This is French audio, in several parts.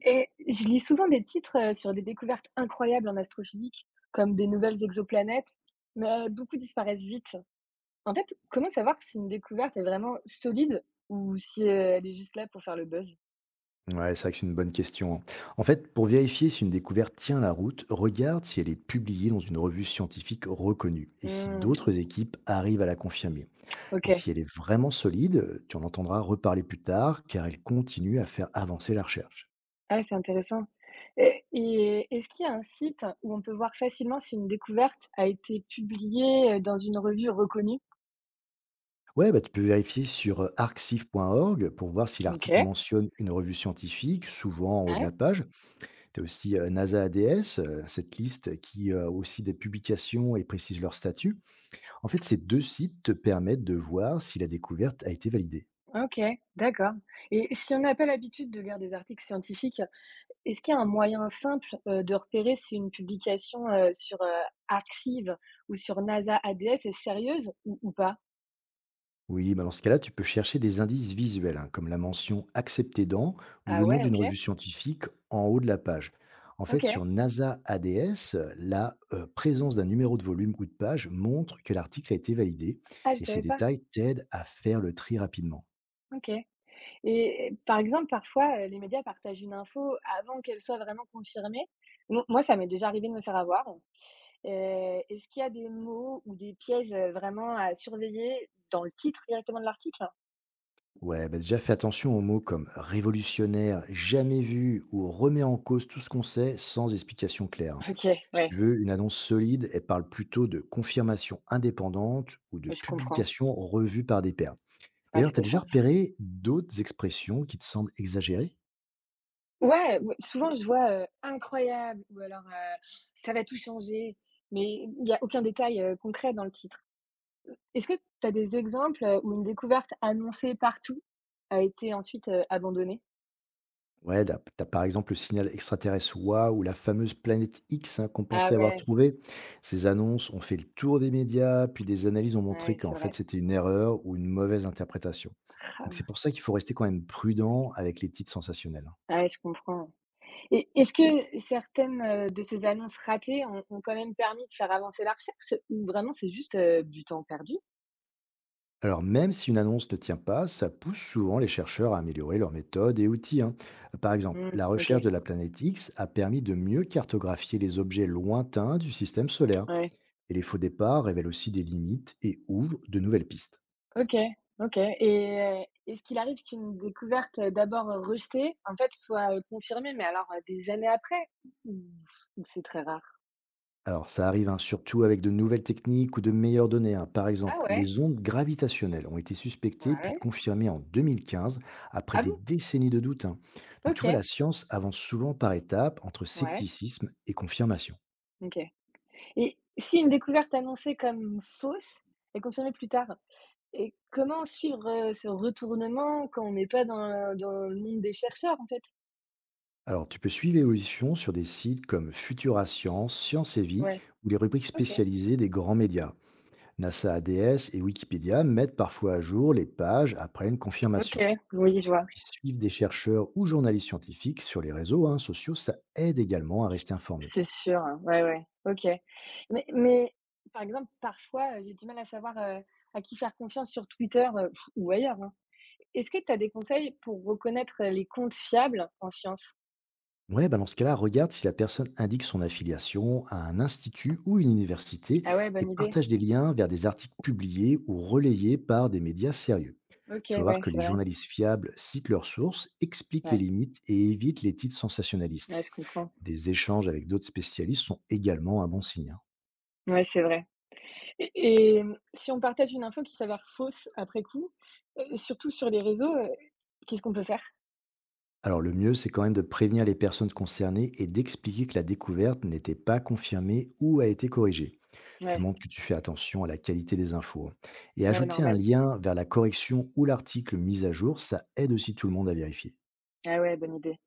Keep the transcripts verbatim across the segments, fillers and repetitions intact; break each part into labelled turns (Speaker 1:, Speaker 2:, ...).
Speaker 1: Et je lis souvent des titres euh, sur des découvertes incroyables en astrophysique, comme des nouvelles exoplanètes, mais euh, beaucoup disparaissent vite. En fait, comment savoir si une découverte est vraiment solide ou si euh, elle est juste là pour faire le buzz?
Speaker 2: Ouais, c'est vrai que c'est une bonne question, hein. En fait, pour vérifier si une découverte tient la route, regarde si elle est publiée dans une revue scientifique reconnue et si
Speaker 1: Hmm,
Speaker 2: d'autres équipes arrivent à la confirmer. Et
Speaker 1: ok,
Speaker 2: si elle est vraiment solide, tu en entendras reparler plus tard car elle continue à faire avancer la recherche.
Speaker 1: ah, ouais, c'est intéressant. Et, et est-ce qu'il y a un site où on peut voir facilement si une découverte a été publiée euh, dans une revue reconnue?
Speaker 2: Ouais, bah, tu peux vérifier sur euh, arcsif point org pour voir si
Speaker 1: Ok.
Speaker 2: l'article mentionne une revue scientifique, souvent en haut de
Speaker 1: Ouais,
Speaker 2: la page. Tu as aussi euh, NASA A D S, euh, cette liste qui euh, a aussi des publications et précise leur statut. En fait, ces deux sites te permettent de voir si la découverte a été validée.
Speaker 1: ok, d'accord. Et si on n'a pas l'habitude de lire des articles scientifiques, est-ce qu'il y a un moyen simple, heu, de repérer si une publication, heu, sur, heu, Arxiv ou sur NASA A D S est sérieuse ou ou pas?
Speaker 2: Oui, bah dans ce cas-là, tu peux chercher des indices visuels, hein, comme la mention accepté dans ou
Speaker 1: Ah
Speaker 2: le nom
Speaker 1: ouais,
Speaker 2: d'une
Speaker 1: OK.
Speaker 2: revue scientifique en haut de la page. En fait, sur
Speaker 1: OK.
Speaker 2: NASA A D S, la euh, présence d'un numéro de volume ou de page montre que l'article a été validé
Speaker 1: Ah, je
Speaker 2: et ces
Speaker 1: savais pas.
Speaker 2: détails t'aident à faire le tri rapidement.
Speaker 1: OK, et euh, par exemple, parfois, heu, les médias partagent une info avant qu'elle soit vraiment confirmée. Mo moi, ça m'est déjà arrivé de me faire avoir. Heu, est-ce qu'il y a des mots ou des pièges, heu, vraiment à surveiller dans le titre directement de l'article?
Speaker 2: Ouais, bah déjà fais attention aux mots comme révolutionnaire, jamais vu ou remet en cause tout ce qu'on sait sans explication claire, hein.
Speaker 1: OK,
Speaker 2: Si tu
Speaker 1: ouais,
Speaker 2: veux, une annonce solide, elle parle plutôt de confirmation indépendante ou de
Speaker 1: je comprends.
Speaker 2: publication revue par des pairs.
Speaker 1: Ouais,
Speaker 2: D'ailleurs,
Speaker 1: ça
Speaker 2: tu as
Speaker 1: fait
Speaker 2: déjà
Speaker 1: sens.
Speaker 2: repéré d'autres expressions qui te semblent exagérées.
Speaker 1: Ouais, ouais, souvent je vois, heu: «Incroyable», ou alors, heu: «Ça va tout changer», mais il y a aucun détail, heu, concret dans le titre. Est-ce que tu as des exemples, heu, où une découverte annoncée partout a été ensuite, heu, abandonnée?
Speaker 2: Ouais, t'as as par exemple le signal extraterrestre WOW ou la fameuse planète X, hein, qu'on
Speaker 1: Ah
Speaker 2: pensait avoir
Speaker 1: ouais,
Speaker 2: trouvée. Ces annonces ont fait le tour des médias, puis des analyses ont montré
Speaker 1: ouais,
Speaker 2: qu'en
Speaker 1: c'est
Speaker 2: fait
Speaker 1: vrai.
Speaker 2: c'était une erreur ou une mauvaise interprétation. Donc c'est pour ça qu'il faut rester quand même prudent avec les titres sensationnels, hein.
Speaker 1: Ah ouais, je comprends. Et est-ce que certaines, heu, de ces annonces ratées ont ont quand même permis de faire avancer la recherche, ou vraiment c'est juste, heu, du temps perdu?
Speaker 2: Alors même si une annonce ne tient pas, ça pousse souvent les chercheurs à améliorer leurs méthodes et outils, hein. Par exemple,
Speaker 1: Mmh,
Speaker 2: la
Speaker 1: OK,
Speaker 2: recherche de la planète X a permis de mieux cartographier les objets lointains du système solaire.
Speaker 1: ouais.
Speaker 2: Et les faux départs révèlent aussi des limites et ouvrent de nouvelles pistes.
Speaker 1: OK. OK, et heu, est-ce qu'il arrive qu'une découverte, heu, d'abord euh, rejetée, en fait, soit, heu, confirmée, mais alors, heu, des années après? Ou ou c'est très rare?
Speaker 2: Alors, ça arrive hein, surtout avec de nouvelles techniques ou de meilleures données, hein. Par
Speaker 1: Ah
Speaker 2: exemple,
Speaker 1: ouais?
Speaker 2: les ondes gravitationnelles ont été suspectées puis
Speaker 1: Ouais.
Speaker 2: confirmées en deux mille quinze après
Speaker 1: Ah
Speaker 2: des
Speaker 1: bon?
Speaker 2: décennies de doutes, hein. Donc, tu vois,
Speaker 1: OK.
Speaker 2: la science avance souvent par étapes entre
Speaker 1: Ouais.
Speaker 2: scepticisme et confirmation.
Speaker 1: OK, et si une découverte annoncée comme fausse est confirmée plus tard, et comment suivre, heu, ce retournement quand on n'est pas dans dans le monde des chercheurs, en fait?
Speaker 2: Alors, tu peux suivre l'évolution sur des sites comme Futura Science, Science et Vie
Speaker 1: Ouais.
Speaker 2: ou les rubriques
Speaker 1: OK.
Speaker 2: spécialisées des grands médias. NASA A D S et Wikipédia mettent parfois à jour les pages après une
Speaker 1: OK,
Speaker 2: confirmation.
Speaker 1: oui, je vois.
Speaker 2: Puis suivre des chercheurs ou journalistes scientifiques sur les réseaux, hein, sociaux, ça aide également à rester informé.
Speaker 1: C'est sûr, hein. Ouais, ouais. OK. Mais mais par exemple, parfois, heu, j'ai du mal à savoir, heu, à qui faire confiance sur Twitter, heu, ou ailleurs, hein. Est-ce que tu as des conseils pour reconnaître, heu, les comptes fiables en science?
Speaker 2: Ouais, bah dans ce cas-là, regarde si la personne indique son affiliation à un institut ou une université
Speaker 1: Ah ouais,
Speaker 2: et
Speaker 1: bonne idée.
Speaker 2: partage des liens vers des articles publiés ou relayés par des médias sérieux.
Speaker 1: OK,
Speaker 2: Tu vas voir
Speaker 1: ouais,
Speaker 2: que
Speaker 1: c'est
Speaker 2: les
Speaker 1: vrai.
Speaker 2: journalistes fiables citent leurs sources, expliquent les
Speaker 1: Ouais,
Speaker 2: limites et évitent les titres sensationnalistes.
Speaker 1: ouais, je comprends.
Speaker 2: Des échanges avec d'autres spécialistes sont également un bon signe, hein.
Speaker 1: Ouais, c'est vrai. Et et hem, si on partage une info qui s'avère fausse après coup, heu, surtout sur les réseaux, heu, qu'est-ce qu'on peut faire?
Speaker 2: Alors le mieux, c'est quand même de prévenir les personnes concernées et d'expliquer que la découverte n'était pas confirmée ou a été corrigée. Tu
Speaker 1: Ouais,
Speaker 2: montres que tu fais attention à la qualité des infos, hein. Et
Speaker 1: ouais,
Speaker 2: ajouter un
Speaker 1: normal.
Speaker 2: lien vers la correction ou l'article mis à jour, ça aide aussi tout le monde à vérifier.
Speaker 1: Ah ouais, bonne idée.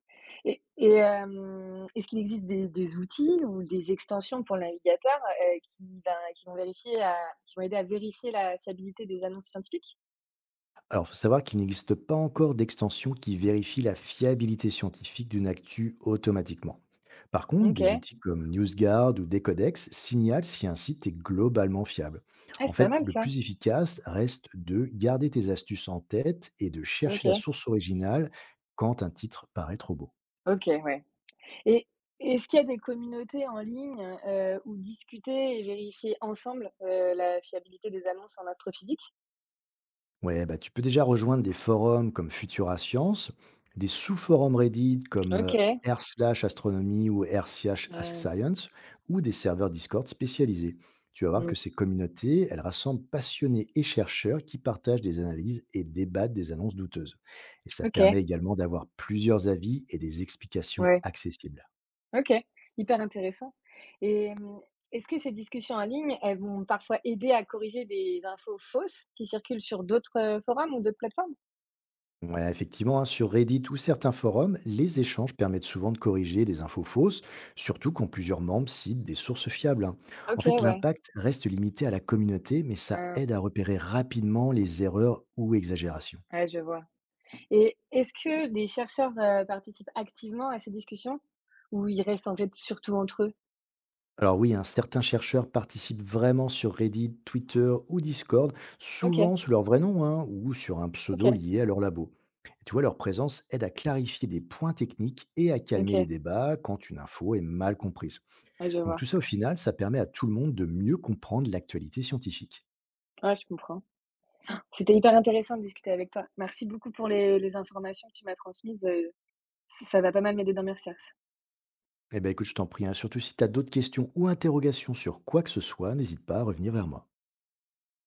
Speaker 1: Et et hem, est-ce qu'il existe des des outils ou des extensions pour le navigateur, heu, qui, ben, qui vont vérifier à qui vont aider à vérifier la fiabilité des annonces scientifiques?
Speaker 2: Alors, il faut savoir qu'il n'existe pas encore d'extension qui vérifie la fiabilité scientifique d'une actu automatiquement. Par contre, des
Speaker 1: OK.
Speaker 2: outils comme NewsGuard ou Decodex signalent si un site est globalement fiable.
Speaker 1: Ah,
Speaker 2: En
Speaker 1: c'est pas
Speaker 2: fait,
Speaker 1: mal
Speaker 2: le
Speaker 1: ça.
Speaker 2: plus efficace reste de garder tes astuces en tête et de chercher la
Speaker 1: OK.
Speaker 2: source originale quand un titre paraît trop beau.
Speaker 1: OK, ouais. Et est-ce qu'il y a des communautés en ligne, heu, où discuter et vérifier ensemble, heu, la fiabilité des annonces en astrophysique?
Speaker 2: Ouais, bah, tu peux déjà rejoindre des forums comme Futura Science, des sous-forums Reddit comme euh,
Speaker 1: OK.
Speaker 2: r slash astronomie ou r slash ask
Speaker 1: Heu,
Speaker 2: science ou des serveurs Discord spécialisés. Tu vas voir que
Speaker 1: mmh,
Speaker 2: ces communautés, elles rassemblent passionnés et chercheurs qui partagent des analyses et débattent des annonces douteuses. Et ça
Speaker 1: OK,
Speaker 2: permet également d'avoir plusieurs avis et des explications
Speaker 1: ouais.
Speaker 2: accessibles.
Speaker 1: OK, hyper intéressant, et hem, est-ce que ces discussions en ligne, elles vont parfois aider à corriger des infos fausses qui circulent sur d'autres, heu, forums ou d'autres plateformes?
Speaker 2: Ouais, effectivement, hein, sur Reddit ou certains forums, les échanges permettent souvent de corriger des infos fausses, surtout quand plusieurs membres citent des sources fiables, hein. En
Speaker 1: OK,
Speaker 2: fait,
Speaker 1: ouais.
Speaker 2: l'impact reste limité à la communauté, mais ça
Speaker 1: Ah,
Speaker 2: aide à repérer rapidement les erreurs ou exagérations.
Speaker 1: ouais, je vois. Et est-ce que des chercheurs, heu, participent activement à ces discussions, ou ils restent en fait surtout entre eux?
Speaker 2: Alors oui, hein, certains chercheurs participent vraiment sur Reddit, Twitter ou Discord,
Speaker 1: OK.
Speaker 2: souvent sous leur vrai nom, hein, ou sur un pseudo
Speaker 1: OK.
Speaker 2: lié à leur labo. Et tu vois, leur présence aide à clarifier des points techniques et à calmer les
Speaker 1: OK,
Speaker 2: débats quand une info est mal comprise.
Speaker 1: ouais, je
Speaker 2: Donc
Speaker 1: vois.
Speaker 2: tout ça, au final, ça permet à tout le monde de mieux comprendre l'actualité scientifique.
Speaker 1: Ouais, je comprends. C'était hyper intéressant de discuter avec toi. Merci beaucoup pour les les informations que tu m'as transmises, heu, ç ça va pas mal m'aider dans mes recherches.
Speaker 2: Eh ben écoute, je t'en prie, hein, surtout si tu as d'autres questions ou interrogations sur quoi que ce soit, n'hésite pas à revenir vers moi.